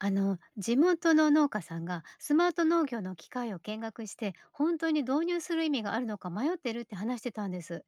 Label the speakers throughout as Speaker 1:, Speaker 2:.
Speaker 1: あの地元の農家さんがスマート農業の機械を見学して本当に導入する意味があるのか迷ってるって話してたんです。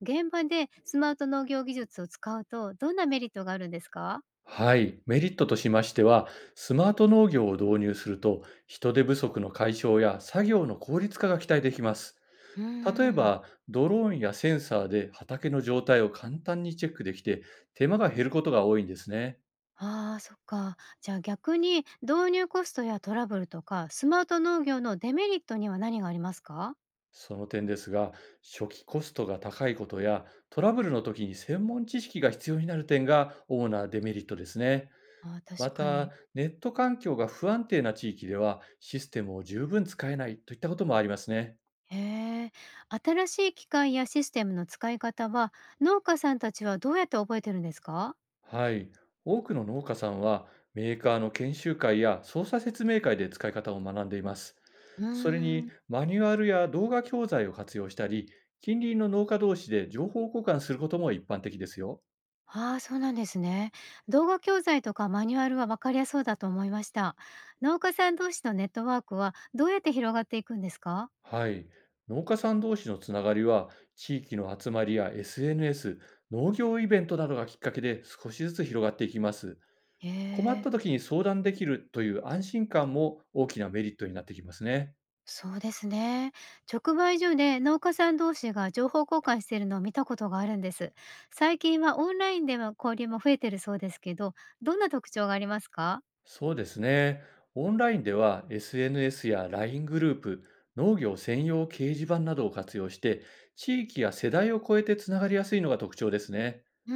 Speaker 1: 現場でスマート農業技術を使うとどんなメリットがあるんですか？
Speaker 2: はい、メリットとしましては、スマート農業を導入すると、人手不足の解消や作業の効率化が期待できます。
Speaker 1: うー
Speaker 2: 例え
Speaker 1: ん。
Speaker 2: ば、ドローンやセンサーで畑の状態を簡単にチェックできて、手間が減ることが多いんですね。
Speaker 1: あーそっか。じゃあ逆に導入コストやトラブルとかスマート農業のデメリットには何がありますか？
Speaker 2: その点ですが、初期コストが高いことや、トラブルの時に専門知識が必要になる点が主なデメリットですね。
Speaker 1: あー
Speaker 2: ま
Speaker 1: 確かに。
Speaker 2: た、ネット環境が不安定な地域では、システムを十分使えないといったこともありますね。
Speaker 1: へえ。新しい機械やシステムの使い方は農家さんたちはどうやって覚えてるんですか？
Speaker 2: はい。多くの農家さんは、メーカーの研修会や操作説明会で使い方を学んでいます。
Speaker 1: うー
Speaker 2: それに、
Speaker 1: ん。
Speaker 2: マニュアルや動画教材を活用したり、近隣の農家同士で情報交換することも一般的ですよ。
Speaker 1: ああ、そうなんですね。動画教材とかマニュアルは分かりやすそうだと思いました。農家さん同士のネットワークはどうやって広がっていくんですか？
Speaker 2: はい。農家さん同士のつながりは、地域の集まりや SNS、農業イベントなどがきっかけで少しずつ広がっていきます。
Speaker 1: へ
Speaker 2: 困った
Speaker 1: え、
Speaker 2: 時に相談できるという安心感も大きなメリットになってきますね。
Speaker 1: そうですね。直売所で農家さん同士が情報交換しているのを見たことがあるんです。最近はオンラインでの交流も増えてるそうですけど、どんな特徴がありますか？
Speaker 2: そうですね。オンラインでは SNS や LINE グループ、農業専用掲示板などを活用して、地域や世代を超えてつながりやすいのが特徴ですね。
Speaker 1: うー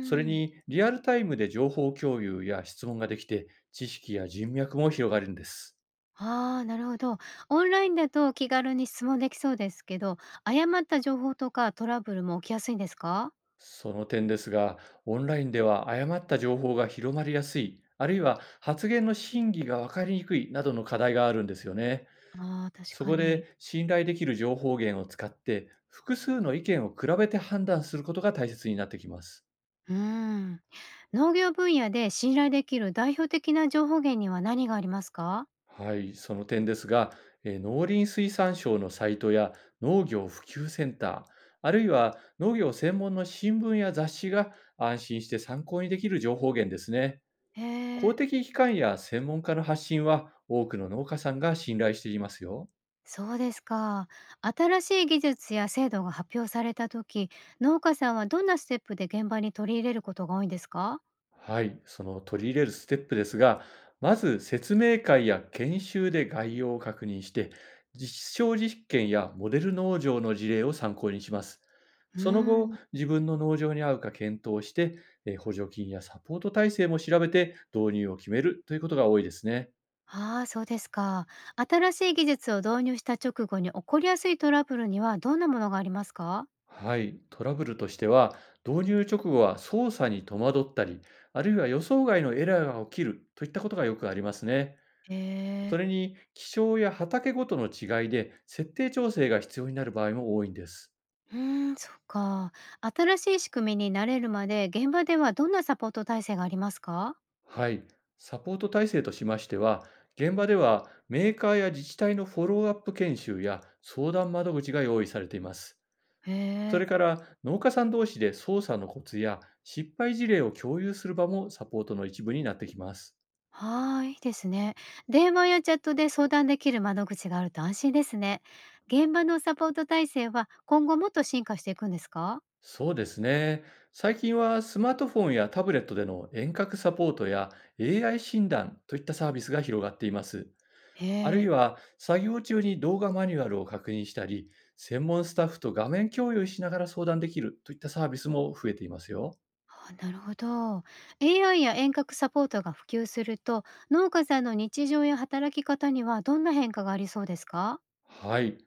Speaker 2: それ
Speaker 1: ん。
Speaker 2: に、リアルタイムで情報共有や質問ができて、知識や人脈も広がるんです。
Speaker 1: ああ、なるほど。オンラインだと気軽に質問できそうですけど、誤った情報とかトラブルも起きやすいんですか？
Speaker 2: その点ですが、オンラインでは誤った情報が広まりやすい、あるいは発言の真偽が分かりにくいなどの課題があるんですよね。
Speaker 1: ああ、確
Speaker 2: そ
Speaker 1: か
Speaker 2: こ
Speaker 1: に。
Speaker 2: で信頼できる情報源を使って、複数の意見を比べて判断することが大切になってきます。
Speaker 1: うーん。農業分野で信頼できる代表的な情報源には何がありますか？
Speaker 2: はい、その点ですが、農林水産省のサイトや農業普及センター、あるいは農業専門の新聞や雑誌が安心して参考にできる情報源ですね。
Speaker 1: へえ、
Speaker 2: 公的機関や専門家の発信は多くの農家さんが信頼していますよ。
Speaker 1: そうですか。新しい技術や制度が発表された時、農家さんはどんなステップで現場に取り入れることが多いんですか？
Speaker 2: はい、その取り入れるステップですが、まず説明会や研修で概要を確認して、実証実験やモデル農場の事例を参考にします。
Speaker 1: う
Speaker 2: その
Speaker 1: ー
Speaker 2: 後、
Speaker 1: ん。
Speaker 2: 自分の農場に合うか検討して、補助金やサポート体制も調べて導入を決めるということが多いですね。
Speaker 1: ああ、そうですか。新しい技術を導入した直後に起こりやすいトラブルにはどんなものがありますか？
Speaker 2: はい、トラブルとしては、導入直後は操作に戸惑ったり、あるいは予想外のエラーが起きるといったことがよくありますね。
Speaker 1: へ
Speaker 2: そ
Speaker 1: え。
Speaker 2: れに、気象や畑ごとの違いで設定調整が必要になる場合も多いんです。
Speaker 1: うーん、そっか。新しい仕組みに慣れるまで、現場ではどんなサポート体制がありますか？
Speaker 2: はい、サポート体制としましては、現場ではメーカーや自治体のフォローアップ研修や相談窓口が用意されています。
Speaker 1: へ
Speaker 2: それ
Speaker 1: え。
Speaker 2: から農家さん同士で操作のコツや失敗事例を共有する場もサポートの一部になってきます。
Speaker 1: はー、いいいですね。電話やチャットで相談できる窓口があると安心ですね。現場のサポート体制は今後もっと進化していくんですか？
Speaker 2: そうですね。最近はスマートフォンやタブレットでの遠隔サポートや AI 診断といったサービスが広がっています。
Speaker 1: へ
Speaker 2: あるい
Speaker 1: え。
Speaker 2: は作業中に動画マニュアルを確認したり、専門スタッフと画面共有しながら相談できるといったサービスも増えていますよ。
Speaker 1: あ、なるほど。AI や遠隔サポートが普及すると、農家さんの日常や働き方にはどんな変化がありそうですか？
Speaker 2: はい。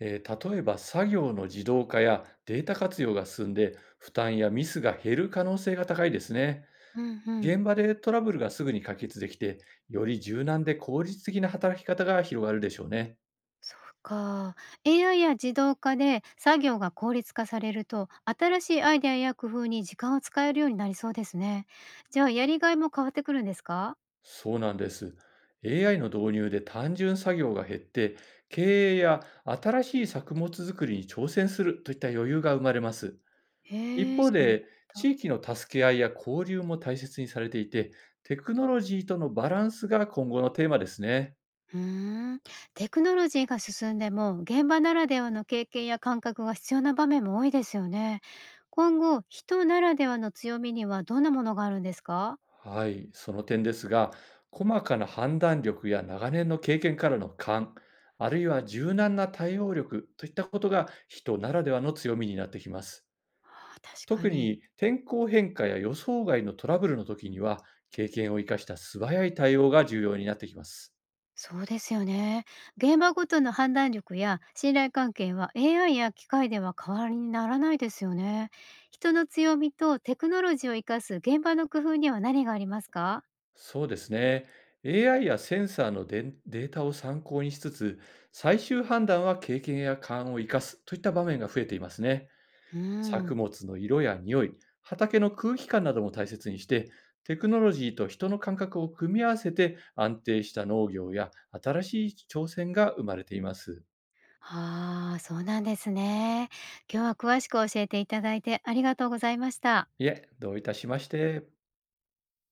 Speaker 2: 例えば作業の自動化やデータ活用が進んで負担やミスが減る可能性が高いですね。
Speaker 1: うんうん。
Speaker 2: 現場でトラブルがすぐに解決できて、より柔軟で効率的な働き方が広がるでしょうね。
Speaker 1: そうか。AI や自動化で作業が効率化されると、新しいアイデアや工夫に時間を使えるようになりそうですね。じゃあ、やりがいも変わってくるんですか？
Speaker 2: そうなんです。AI の導入で単純作業が減って、経営や新しい作物作りに挑戦するといった余裕が生まれます。一
Speaker 1: へえ、
Speaker 2: 方
Speaker 1: 知らなか
Speaker 2: で、
Speaker 1: った。
Speaker 2: 地域の助け合いや交流も大切にされていて、テクノロジーとのバランスが今後のテーマですね。
Speaker 1: うーん。テクノロジーが進んでも、現場ならではの経験や感覚が必要な場面も多いですよね。今後、人ならではの強みにはどんなものがあるんですか？
Speaker 2: はい、その点ですが、細かな判断力や長年の経験からの勘、あるいは柔軟な対応力といったことが人ならではの強みになってきます。
Speaker 1: あー確か
Speaker 2: 特
Speaker 1: に。
Speaker 2: に天候変化や予想外のトラブルの時には、経験を生かした素早い対応が重要になってきます。
Speaker 1: そうですよね。現場ごとの判断力や信頼関係は AI や機械では代わりにならないですよね。人の強みとテクノロジーを生かす現場の工夫には何がありますか？
Speaker 2: そうですね。AI やセンサーのデータを参考にしつつ、最終判断は経験や勘を生かすといった場面が増えていますね。
Speaker 1: う
Speaker 2: 作
Speaker 1: ん。
Speaker 2: 物の色や匂い、畑の空気感なども大切にして、テクノロジーと人の感覚を組み合わせて安定した農業や新しい挑戦が生まれています。
Speaker 1: ああ、そうなんですね。今日は詳しく教えていただいてありがとうございました。
Speaker 2: いえ、どういたしまして。